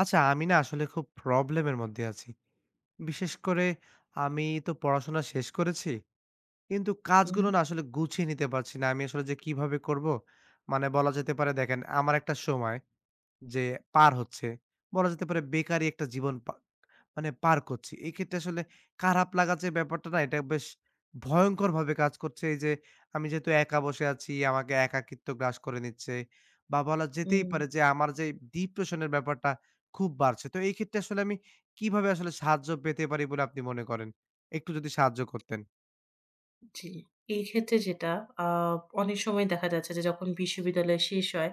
আচ্ছা, আমি না আসলে খুব প্রবলেমের মধ্যে আছি। বিশেষ করে আমি তো পড়াশোনা শেষ করেছি। কিন্তু কাজগুলো Mhm, না আসলে গুছিয়ে নিতে পারছি না। আমি আসলে যে কিভাবে করবো? মানে বলা যেতে পারে দেখেন, আমার একটা সময় যে পার হচ্ছে। বলা যেতে পারে বেকারই একটা জীবন মানে পার করছি। এক্ষেত্রে আসলে খারাপ লাগা যে ব্যাপারটা না এটা বেশ ভয়ংকরভাবে কাজ করছে। এই যে আমি যেহেতু একা বসে আছি, আমাকে একাকিত্ব গ্রাস করে নিচ্ছে বা বলা যেতেই পারে mhm. যে আমার যে ডিপ্রেশন এর ব্যাপারটা খুব বাড়ছে। তো এই ক্ষেত্রে আসলে আমি কিভাবে আসলে সাহায্য পেতে পারি বলে আপনি মনে করেন? একটু যদি সাহায্য করতেন। জি। এই ক্ষেত্রে যেটা আ অনেক সময় দেখা যাচ্ছে যে যখন বিশ্ববিদ্যালয় শেষ হয়,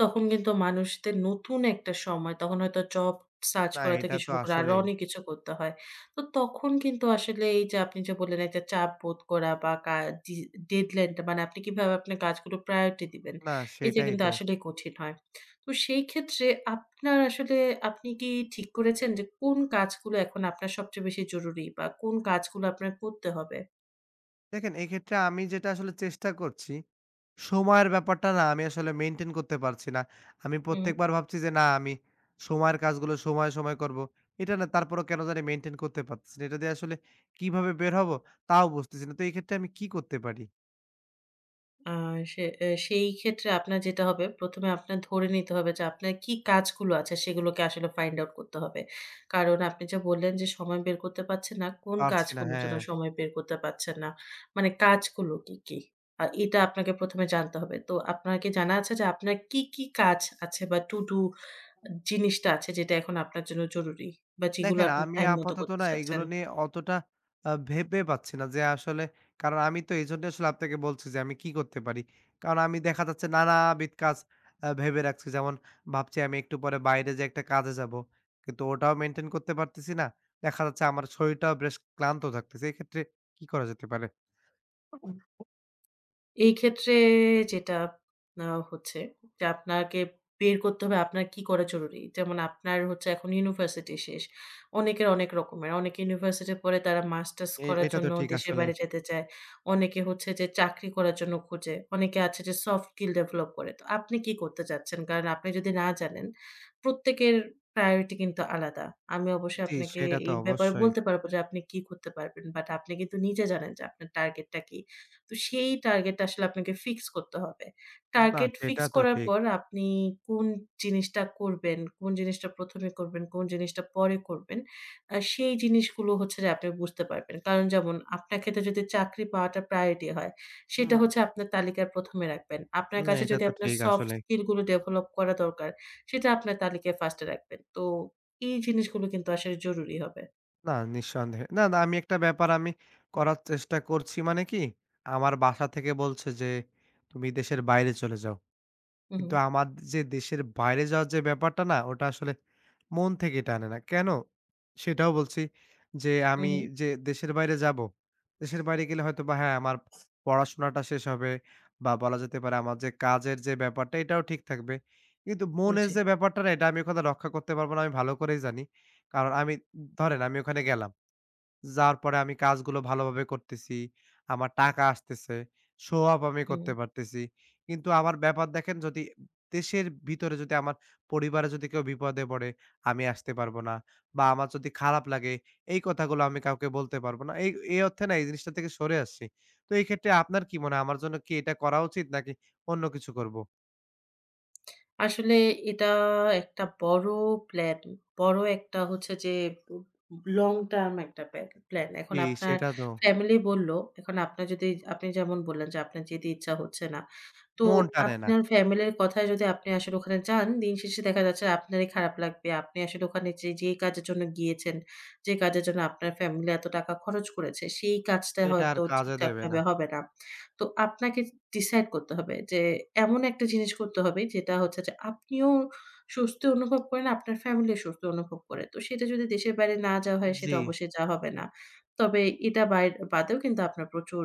তখন কিন্তু মানুষদের নতুন একটা সময় তখন হয়তো জব সার্চ না, করা থেকে এটা তো শুরু করে আরো আসলেই। অনেক কিছু করতে হয়। তো তখন কিন্তু আসলে এই যে আপনি যে বললেন একটা চাপ বোধ করা বা কা ডি ডেডলাইন টা মানে আপনি কিভাবে আপনার কাজগুলো প্রায়োরিটি দিবেন, না, এটা সেটাই কিন্তু তো। আসলেই কঠিন হয়। তো সেই ক্ষেত্রে আপনার আসলে আপনি কি ঠিক করেছেন যে কোন কাজগুলো এখন আপনার সবচেয়ে বেশি জরুরি বা কোন কাজগুলো আপনার করতে হবে? দেখেন এক্ষেত্রে আমি যেটা আসলে চেষ্টা করছি সময়ের ব্যাপারটা না আমি আসলে মেইনটেইন করতে পারছি না। আমি হু। প্রত্যেকবার ভাবছি যে না আমি সময়ের কাজগুলো সময়ে, সময়ে করব। এটা না তারপরেও কেন জানি মেইনটেইন করতে পারতেছি না। এটা দিয়ে আসলে কিভাবে বের হব তাও বুঝতেছি না। তো এই ক্ষেত্রে আমি কি করতে পারি? আ সে এ সেই ক্ষেত্রে আপনার যেটা হবে, ১ম এ আপনার ধরে নিতে হবে যে আপনার কি কাজগুলো আছে সেগুলোকে আসলে ফাইন্ড আউট করতে হবে। কারণ আপনি যা বললেন যে সময় বের করতে পারছেন না, কোন পারছি না, কাজগুলোর জন্য হ্যাঁ। সময় বের করতে পারছেন না। মানে কাজগুলো কি, কি? এটা আপনাকে ১ম এ জানতে হবে। তো আপনার কি জানা আছে যে আপনার কি, কি কাজ আছে বা to do জিনিসটা আছে যেটা এখন আপনার জন্য জরুরি বা যেগুলো দেখেন আপনি আমি টাইম মতো আপাতত করতে না চাচ্ছেন? এগুলো নিয়ে অতটা ভেবে পাচ্ছি না যে আসলে কারণ আমি তো এজন্যই আসলে আপনাকে বলছি যে আমি কি করতে পারি? কারণ আমি দেখা যাচ্ছে নানাবিধ কাজ ভেবে রাখছি। যেমন ভাবছি আমি একটু পরে বাইরে যেয়ে একটা কাজে যাবো। কিন্তু ওটাও মেইনটেইন করতে পারতেছি না। দেখা যাচ্ছে আমার শরীরটাও বেশ ক্লান্ত থাকতেছে। এক্ষেত্রে কি করা যেতে পারে? এই ক্ষেত্রে যেটা আ হচ্ছে যে আপনাকে বের করতে হবে আপনার কি করা জরুরি। যেমন আপনার হচ্ছে এখন ইউনিভার্সিটি শেষ। অনেকের অনেক রকমের। অনেকে ইউনিভার্সিটির পরে তারা মাস্টার্স এ করার এটা তো জন্য ঠিক দেশের আসলে। বাইরে যেতে চায়। অনেকে হচ্ছে যে চাকরি করার জন্য খোঁজে। অনেকে আছে যে সফট স্কিল ডেভেলপ করে। তো আপনি কি করতে চাচ্ছেন? কারণ আপনি যদি না জানেন, প্রত্যেকের প্রায়োরিটি কিন্তু আলাদা। আমি অবশ্যই জি, আপনাকে সেটা তো এই ব্যাপারে অবশ্যই। বলতে পারব যে আপনি কি করতে পারবেন। বাট আপনি কিন্তু নিজে জানেন যে আপনার টার্গেটটা কি। তো সেই টার্গেটটা আসলে আপনাকে ফিক্স করতে হবে। না, টার্গেট সেটা ফিক্স তো করার ঠিক। পর আপনি কোন জিনিসটা করবেন, কোন জিনিসটা ১ম এ করবেন, কোন জিনিসটা পরে করবেন, সেই জিনিসগুলো হচ্ছে যে আপনি বুঝতে পারবেন। কারণ যেমন আপনার ক্ষেত্রে যদি চাকরি পাওয়াটা প্রায়োরিটি হয়, সেটা হুম, হচ্ছে আপনার তালিকার ১ম এ রাখবেন। আপনার না কাছে এটা যদি তো আপনার ঠিক সফট আসলে। স্কিল গুলো ডেভেলপ করা দরকার, সেটা আপনার তালিকায় 1st এ রাখবেন। তো এই জিনিসগুলো কিন্তু আসলে জরুরি হবে। না, নিঃসন্দেহে। না, না, আমি একটা ব্যাপার আমি করার চেষ্টা করছি মানে কি, আমার বাসা থেকে বলছে যে, "তুমি দেশের বাইরে চলে যাও।" হু, হু, কিন্তু আমার যে দেশের বাইরে যাওয়ার যে ব্যাপারটা না, ওটা আসলে মন থেকে টানে না। কেন? সেটাও বলছি যে, হু, আমি হু। যে দেশের বাইরে যাবো, দেশের বাইরে গেলে হয়তোবা হ্যাঁ, আমার পড়াশোনাটা শেষ হবে বা বলা যেতে পারে আমার যে কাজের যে ব্যাপারটা, এটাও ঠিক থাকবে। কিন্তু মনের জি, যে ব্যাপারটা না, এটা আমি ওখানে রক্ষা করতে পারবো না, আমি ভালো করেই জানি। কারণ আমি ধরেন আমি ওখানে গেলাম। যার পরে আমি কাজগুলো ভালোভাবে করতেছি। আমার টাকা আসতেছে। শো অফ আমি হুম। করতে পারতেছি। কিন্তু আমার ব্যাপার দেখেন যদি দেশের ভিতরে যদি আমার পরিবারে যদি কেউ বিপদে পড়ে, আমি আসতে পারব না। বা আমার যদি খারাপ লাগে, এই কথাগুলো আমি কাউকে বলতে পারব না। এই এই অর্থে না এই জিনিসটা থেকে সরে আসছি। তো এই ক্ষেত্রে আপনার কি মনে হয় আমার জন্য কি এটা করা উচিত নাকি অন্য কিছু করব? আসলে এটা একটা বড় প্ল্যান। বড় একটা হচ্ছে যে উ লং টার্ম একটা প্ল্যান। এখন জি, আপনার সেটা তো ফ্যামিলি বলল, এখন আপনার যদি আপনি যেমন বললেন যে আপনার যেতে ইচ্ছা হচ্ছে না। তো মন টানে না। আপনার ফ্যামিলির কথায় যদি আপনি আসলে ওখানে যান, দিন শেষে দেখা যাচ্ছে আপনারই খারাপ লাগবে। আপনি আসলে ওখানে যেই কাজের জন্য গিয়েছেন, যে কাজের জন্য আপনার ফ্যামিলি এত টাকা খরচ করেছে, সেই কাজটা এটা আর হয়তো কাজে দেবে ঠিকঠাকভাবে না। হবে না। তো আপনাকে ডিসাইড করতে হবে যে, এমন একটা জিনিস করতে হবে যেটা হচ্ছে যে, আপনিও স্বস্তি অনুভব করেন, আপনার ফ্যামিলিও স্বস্তি অনুভব করে। তো সেটা যদি দেশের বাইরে না যাওয়া হয়, জি, সেটা অবশ্যই যাওয়া হবে না। তবে এটা বাদেও কিন্তু আপনার প্রচুর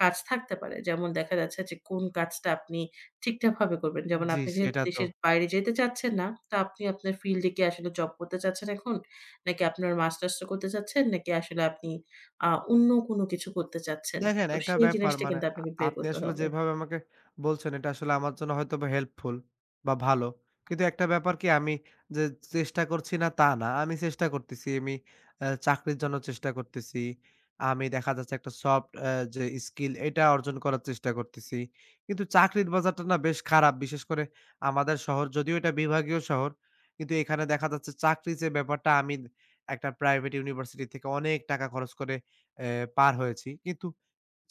কাজ থাকতে পারে। যেমন দেখা যাচ্ছে যে কোন কাজটা আপনি ঠিকঠাকভাবে করবেন। যেমন জি আপনি যেহেতু সেটা তো। দেশের বাইরে যেতে চাচ্ছেন না, তো আপনি আপনার ফিল্ডে কি আসলে জব করতে চাচ্ছেন এখন? নাকি আপনার মাস্টার্সটা করতে চাচ্ছেন? নাকি আসলে আপনি অন্য কোনো কিছু করতে চাচ্ছেন? দেখেন তো একটা সেই ব্যাপার জিনিসটা মানে কিন্তু আপনাকে বের আপনি করতে আসলে হবে। যেভাবে আমাকে বলছেন এটা আসলে আমার জন্য হয়তোবা হেল্পফুল বা ভালো। কিন্তু একটা ব্যাপার কি আমি যে চেষ্টা করছি না তা না। আমি চেষ্টা করতেছি, আমি চাকরির জন্য চেষ্টা করতেছি। আমি দেখা যাচ্ছে একটা সফট যে স্কিল এটা অর্জন করার চেষ্টা করতেছি। কিন্তু চাকরির বাজারটা না বেশ খারাপ। বিশেষ করে আমাদের শহর যদিও এটা বিভাগীয় শহর, কিন্তু এখানে দেখা যাচ্ছে চাকরি যে ব্যাপারটা আমি একটা প্রাইভেট ইউনিভার্সিটি থেকে অনেক টাকা খরচ করে অ্যা পার হয়েছি। কিন্তু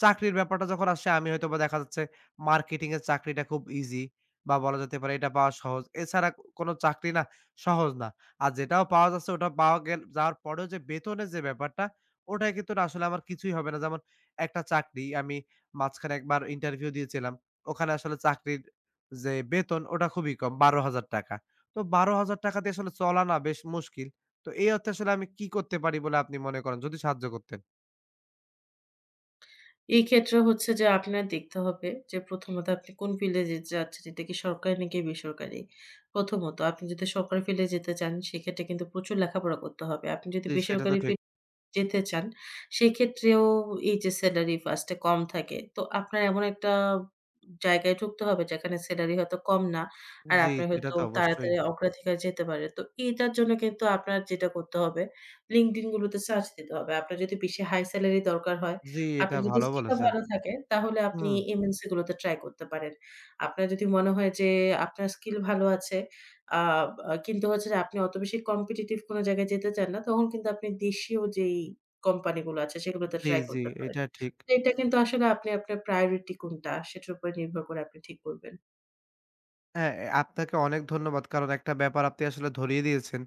চাকরির ব্যাপারটা যখন আসে আমি হয়তোবা দেখা যাচ্ছে মার্কেটিং এর চাকরিটা খুব ইজি বা বলা যেতে পারে এটা পাওয়া সহজ। এছাড়া কোনো চাকরি না সহজ না। আর যেটাও পাওয়া যাচ্ছে ওটা পাওয়া গেল যাওয়ার পরেও যে বেতনের যে ব্যাপারটা ওটাই কিন্তু না আসলে আমার কিছুই হবে না। যেমন একটা চাকরি আমি মাঝখানে একবার ইন্টারভিউ দিয়েছিলাম। ওখানে আসলে চাকরির যে বেতন ওটা খুবই কম ৳১২,০০০ তো ৳১২,০০০ দিয়ে আসলে চলা না বেশ মুশকিল। তো এই অর্থে আসলে আমি কি করতে পারি বলে আপনি মনে করেন? যদি সাহায্য করতেন। এই ক্ষেত্রে হচ্ছে যে আপনার দেখতে হবে যে প্রথমত আপনি কোন ফিল্ডে যেতে চাচ্ছেন, এটা কি সরকারি নাকি বেসরকারি? প্রথমত আপনি যদি সরকারি ফিল্ডে যেতে চান সেক্ষেত্রে কিন্তু প্রচুর লেখাপড়া করতে হবে। আপনি যদি জি, সেটা তো বেসরকারি ঠিক। ফিল্ডে যেতে চান, সেক্ষেত্রেও এই যে সেলারি ফার্স্ট এ কম থাকে। তো আপনার এমন একটা জায়গায় ঢুকতে হবে যেখানে সেলারি হয়তো কম না। আর জি, আপনি সেটা হয়তো তো অবশ্যই। তাড়াতাড়ি অগ্রাধিকার যেতে পারে। তো এটার জন্য কিন্তু আপনার যেটা করতে হবে, LinkedIn গুলোতে সার্চ দিতে হবে। আপনার যদি বেশি হাই সেলারি দরকার হয়, জি, এটা আপনার যদি ভালো স্কিলও বলেছেন। ভালো থাকে তাহলে আপনি হুম, MNC গুলোতে ট্রাই করতে পারেন। আপনার যদি মনে হয় যে আপনার স্কিল ভালো আছে আ আ কিন্তু হচ্ছে যে আপনি অত বেশি কম্পিটিটিভ কোন জায়গায় যেতে চান না। তখন কিন্তু আপনি দেশীয় যেই কোম্পানি গুলো আছে সেগুলোতে জি, ট্রাই জি, করতে পারেন। এটা ঠিক। তো এটা কিন্তু আসলে আপনি আপনার প্রায়োরিটি কোনটা সেটার উপর নির্ভর করে আপনি ঠিক করবেন। হ্যাঁ, এ আপনাকে অনেক ধন্যবাদ। কারণ একটা ব্যাপার আপনি আসলে ধরিয়ে দিয়েছেন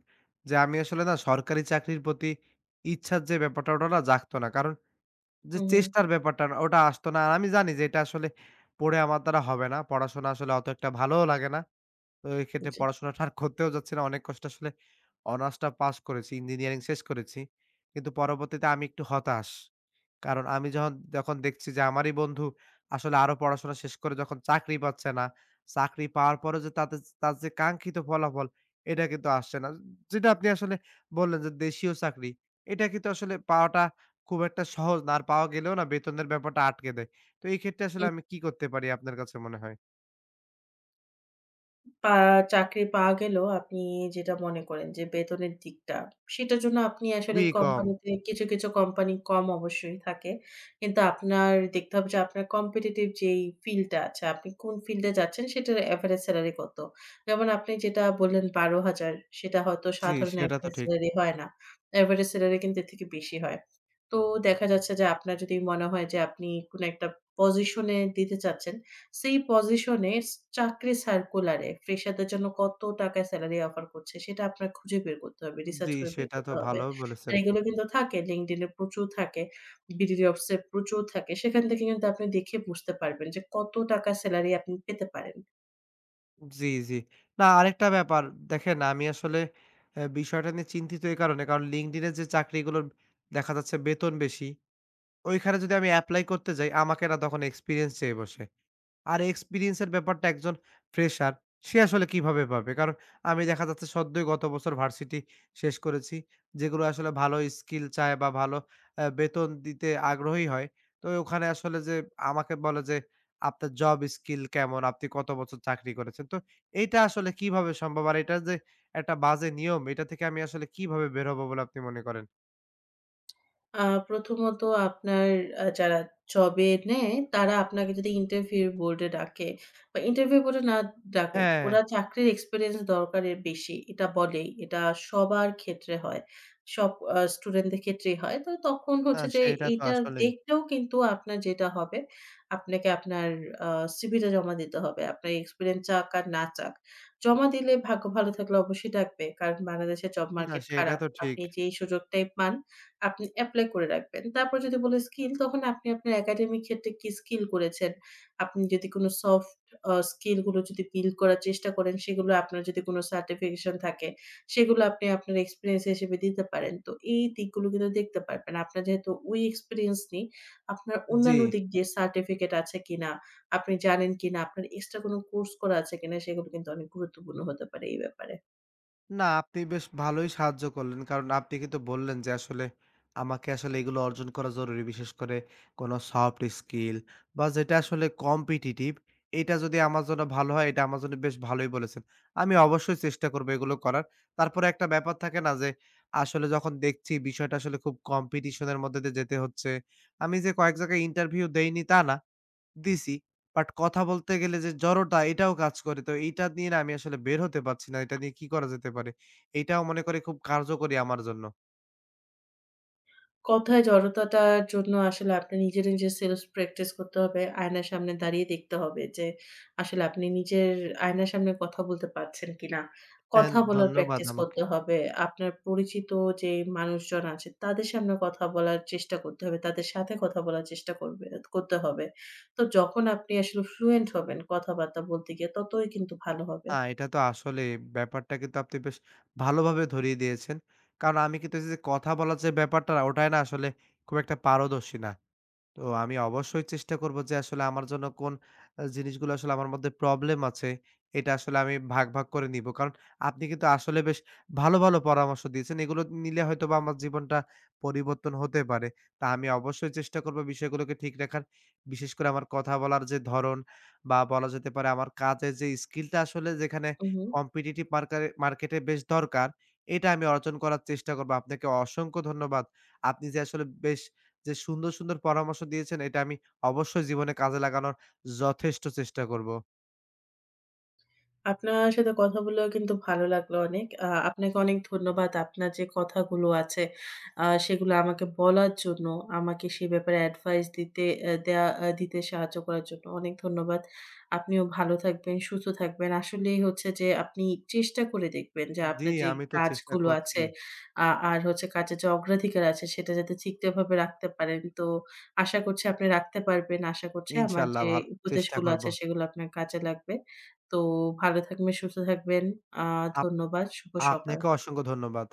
যে, আমি আসলে না সরকারি চাকরির প্রতি ইচ্ছার যে ব্যাপারটা, ওটা না জাগতো না। কারণ যে হুম, চেষ্টার ব্যাপারটা না, ওটা আসতো না। আর আমি জানি যে এটা আসলে পড়ে আমার দ্বারা হবে না। পড়াশোনা আসলে অত একটা ভালোও লাগে না। তো এই হুম ক্ষেত্রে জি। পড়াশোনাটা আর করতেও যাচ্ছি না। অনেক কষ্টে আসলে অনার্সটা পাস করেছি, ইঞ্জিনিয়ারিং শেষ করেছি। কিন্তু পরবর্তীতে আমি একটু হতাশ। কারণ আমি যখন যখন দেখছি যে আমারই বন্ধু আসলে আরো পড়াশোনা শেষ করে যখন চাকরি পাচ্ছে না, চাকরি পাওয়ার পরেও যে তার যে কাঙ্ক্ষিত ফলাফল এটা কিন্তু আসছে না। যেটা আপনি আসলে বললেন যে দেশীয় চাকরি, এটা কিন্তু আসলে পাওয়াটা খুব একটা সহজ না। আর পাওয়া গেলেও না বেতনের ব্যাপারটা আটকে দেয়। তো এই ক্ষেত্রে আসলে আমি কি করতে পারি আপনার কাছে মনে হয়? পা চাকরি পাওয়া গেলেও আপনি যেটা মনে করেন যে বেতনের দিকটা, সেটার জন্য আপনি আসলে খুবই কম। কোম্পানিতে কিছু, কিছু কোম্পানি কম অবশ্যই থাকে। কিন্তু আপনার দেখতে হবে যে আপনার competitive যেই ফিল্ডটা আছে, আপনি কোন ফিল্ডে যাচ্ছেন সেটার এভারেজ স্যালারি কত? যেমন আপনি যেটা বললেন ১২,০০০ সেটা হয়তো জি, সাধারণ সেটা তো এভারেজ ঠিক। স্যালারি হয় না। এভারেজ স্যালারি কিন্তু এর থেকে বেশি হয়। তো দেখা যাচ্ছে যে আপনার যদি মনে হয় যে আপনি কোন একটা পজিশনে দিতে চাচ্ছেন সেই পজিশনে চাকরির সার্কুলারে ফ্রেশারদের জন্য কত টাকায় সেলারি অফার করছে সেটা আপনার খুঁজে বের করতে হবে। রিসার্চ জি, করে বের সেটা তো করতে হবে। ভালো আর বলেছেন। এগুলো কিন্তু থাকে LinkedIn এ প্রচুর থাকে। BDD অফিসে প্রচুর থাকে। সেখান থেকে কিন্তু আপনি দেখে বুঝতে পারবেন যে কত টাকা সেলারি আপনি পেতে পারেন। জি, জি। না আরেকটা ব্যাপার দেখেন আমি আসলে বিষয়টা নিয়ে চিন্তিত এই কারণে কারণ LinkedIn এর যে চাকরিগুলোর দেখা যাচ্ছে বেতন বেশি, ওইখানে যদি আমি এপ্লাই করতে যাই আমাকে না তখন এক্সপেরিয়েন্স চেয়ে বসে। আর এক্সপেরিয়েন্স এর ব্যাপারটা একজন ফ্রেশার সে আসলে কিভাবে পাবে? কারণ আমি দেখা যাচ্ছে সদ্যই গত বছর ভার্সিটি শেষ করেছি। যেগুলো আসলে ভালো স্কিল চায় বা ভালো বেতন দিতে আগ্রহী হয়। তো ওখানে আসলে যে আমাকে বলে যে, "আপনার জব স্কিল কেমন? আপনি কত বছর চাকরি করেছেন?" তো এইটা আসলে কিভাবে সম্ভব? আর এটা যে একটা বাজে নিয়ম, এটা থেকে আমি আসলে কিভাবে বের হবো বলে আপনি মনে করেন? আ প্রথমত আপনার যারা জবে নেয়, তারা আপনাকে যদি ইন্টারভিউ বোর্ডে ডাকে বা ইন্টারভিউ বোর্ডে না ডাকুক, হ্যাঁ, ওরা চাকরির এক্সপেরিয়েন্স দরকারের বেশি। এটা বলেই। এটা সবার ক্ষেত্রে হয়। সব স্টুডেন্টদের ক্ষেত্রেই হয়। তো তখন না হচ্ছে যে সেটা তো এইটা আসলেই। দেখলেও কিন্তু আপনার যেটা হবে, আপনাকে আপনার আ সিভিটা জমা দিতে হবে। আপনার এক্সপেরিয়েন্স চাক আর না চাক। জমা দিলে ভাগ্য ভালো থাকলে অবশ্যই ডাকবে। কারণ বাংলাদেশের জব না মার্কেট সেটা খারাপ। তো ঠিক। আপনি যেই সুযোগটাই পান আপনি এপ্লাই করে রাখবেন। তারপর যদি বলে স্কিল তখন আপনি আপনার একাডেমিক ক্ষেত্রে কি স্কিল করেছেন? আপনি যদি কোন সফট স্কিল গুলো যদি বিল্ড করার চেষ্টা করেন সেগুলো আপনার যদি কোন সার্টিফিকেশন থাকে সেগুলো আপনি আপনার এক্সপেরিয়েন্স হিসেবে দিতে পারেন। তো এই দিকগুলো কিন্তু দেখতে পারবেন। আপনার যেহেতু ওই এক্সপেরিয়েন্স নেই, আপনার জি। অন্যান্য দিক দিয়ে সার্টিফিকেট আছে কিনা, আপনি জানেন কিনা, আপনার এক্সট্রা কোন কোর্স করা আছে কিনা সেগুলো কিন্তু অনেক গুরুত্বপূর্ণ হতে পারে এই ব্যাপারে। না, আপনি বেশ ভালোই সাহায্য করলেন। কারণ আপনি কিন্তু বললেন যে আসলে আমাকে আসলে এগুলো অর্জন করা জরুরি। বিশেষ করে কোনো সফট স্কিল বা যেটা আসলে কম্পিটিটিভ এটা যদি আমার জন্য ভালো হয় এটা আমার জন্য বেশ ভালোই বলেছেন। আমি অবশ্যই চেষ্টা করব এগুলো করার। তারপরে একটা ব্যাপার থাকে না যে আসলে যখন দেখছি বিষয়টা আসলে খুব কম্পিটিশন এর মধ্যে দিয়ে যেতে হচ্ছে। আমি যে কয়েক জায়গায় ইন্টারভিউ দেইনি তা না। দিছি। বাট কথা বলতে গেলে যে জড়তা এটাও কাজ করে। তো এইটা নিয়ে না আমি আসলে বের হতে পারছি না। এটা নিয়ে কি করা যেতে পারে? এটাও মনে করি খুব কার্যকরী আমার জন্য। কথায় জড়তাটার জন্য আসলে আপনার নিজের, নিজের সেলফ প্র্যাকটিস করতে হবে। আয়নার সামনে দাঁড়িয়ে দেখতে হবে যে, আসলে আপনি নিজের আয়নার সামনে কথা বলতে পারছেন কিনা? হ্যাঁ, কথা বলার ধন্যবাদ প্র্যাকটিস আমাকে। করতে হবে। আপনার পরিচিত যে মানুষজন আছে, তাদের সামনে কথা বলার চেষ্টা করতে হবে। তাদের সাথে কথা বলার চেষ্টা করবে করতে হবে। তো যখন আপনি আসলে ফ্লুয়েন্ট হবেন কথাবার্তা বলতে গিয়ে, ততই কিন্তু ভালো হবে। না, এটা তো আসলে ব্যাপারটা কিন্তু আপনি বেশ ভালোভাবে ধরিয়ে দিয়েছেন। কারণ আমি কিন্তু এই যে কথা বলার যে ব্যাপারটা না, ওটায় না আসলে খুব একটা পারদর্শী না। তো আমি অবশ্যই চেষ্টা করব যে আসলে আমার জন্য কোন জিনিসগুলো আসলে আমার মধ্যে প্রবলেম আছে, এটা আসলে আমি ভাগ, ভাগ করে নিবো। কারণ আপনি কিন্তু আসলে বেশ ভালো, ভালো পরামর্শ দিয়েছেন। এগুলো নিলে হয়তোবা আমার জীবনটা পরিবর্তন হতে পারে। তা আমি অবশ্যই চেষ্টা করব বিষয়গুলোকে ঠিক রাখার। বিশেষ করে আমার কথা বলার যে ধরন বা বলা যেতে পারে আমার কাজের যে স্কিলটা আসলে যেখানে উহু। কম্পিটিটিভ মার্কারে মার্কেটে বেশ দরকার, এটা আমি অর্জন করার চেষ্টা করব। আপনাকে অসংখ্য ধন্যবাদ। আপনি যে আসলে বেশ যে সুন্দর, সুন্দর পরামর্শ দিয়েছেন এটা আমি অবশ্যই জীবনে কাজে লাগানোর যথেষ্ট চেষ্টা করব। আপনার সাথে কথা বলেও কিন্তু ভালো লাগলো অনেক। আপনাকে অনেক ধন্যবাদ। আপনার যে কথাগুলো আছে, সেগুলো আমাকে বলার জন্য, আমাকে সে ব্যাপারে অ্যাডভাইস দিতে অ্যা দেয়া আ দিতে সাহায্য করার জন্য অনেক ধন্যবাদ। আপনিও ভালো থাকবেন, সুস্থ থাকবেন। আসলেই হচ্ছে যে আপনি চেষ্টা করে দেখবেন যে জি, আপনার যে আমি তো চেষ্টা কাজগুলো করছি। আছে, আর হচ্ছে কাজের যে অগ্রাধিকার আছে সেটা যাতে ঠিকঠাকভাবে রাখতে পারেন। তো আশা করছি আপনি রাখতে পারবেন। আশা করছি আমার ইনশাআল্লাহ যে ভালো চেষ্টা উপদেশগুলো করব। আছে সেগুলো আপনার কাজে লাগবে। তো ভালো থাকবেন, সুস্থ থাকবেন। আ আপ ধন্যবাদ। শুভ সকাল। আপনাকেও অসংখ্য ধন্যবাদ।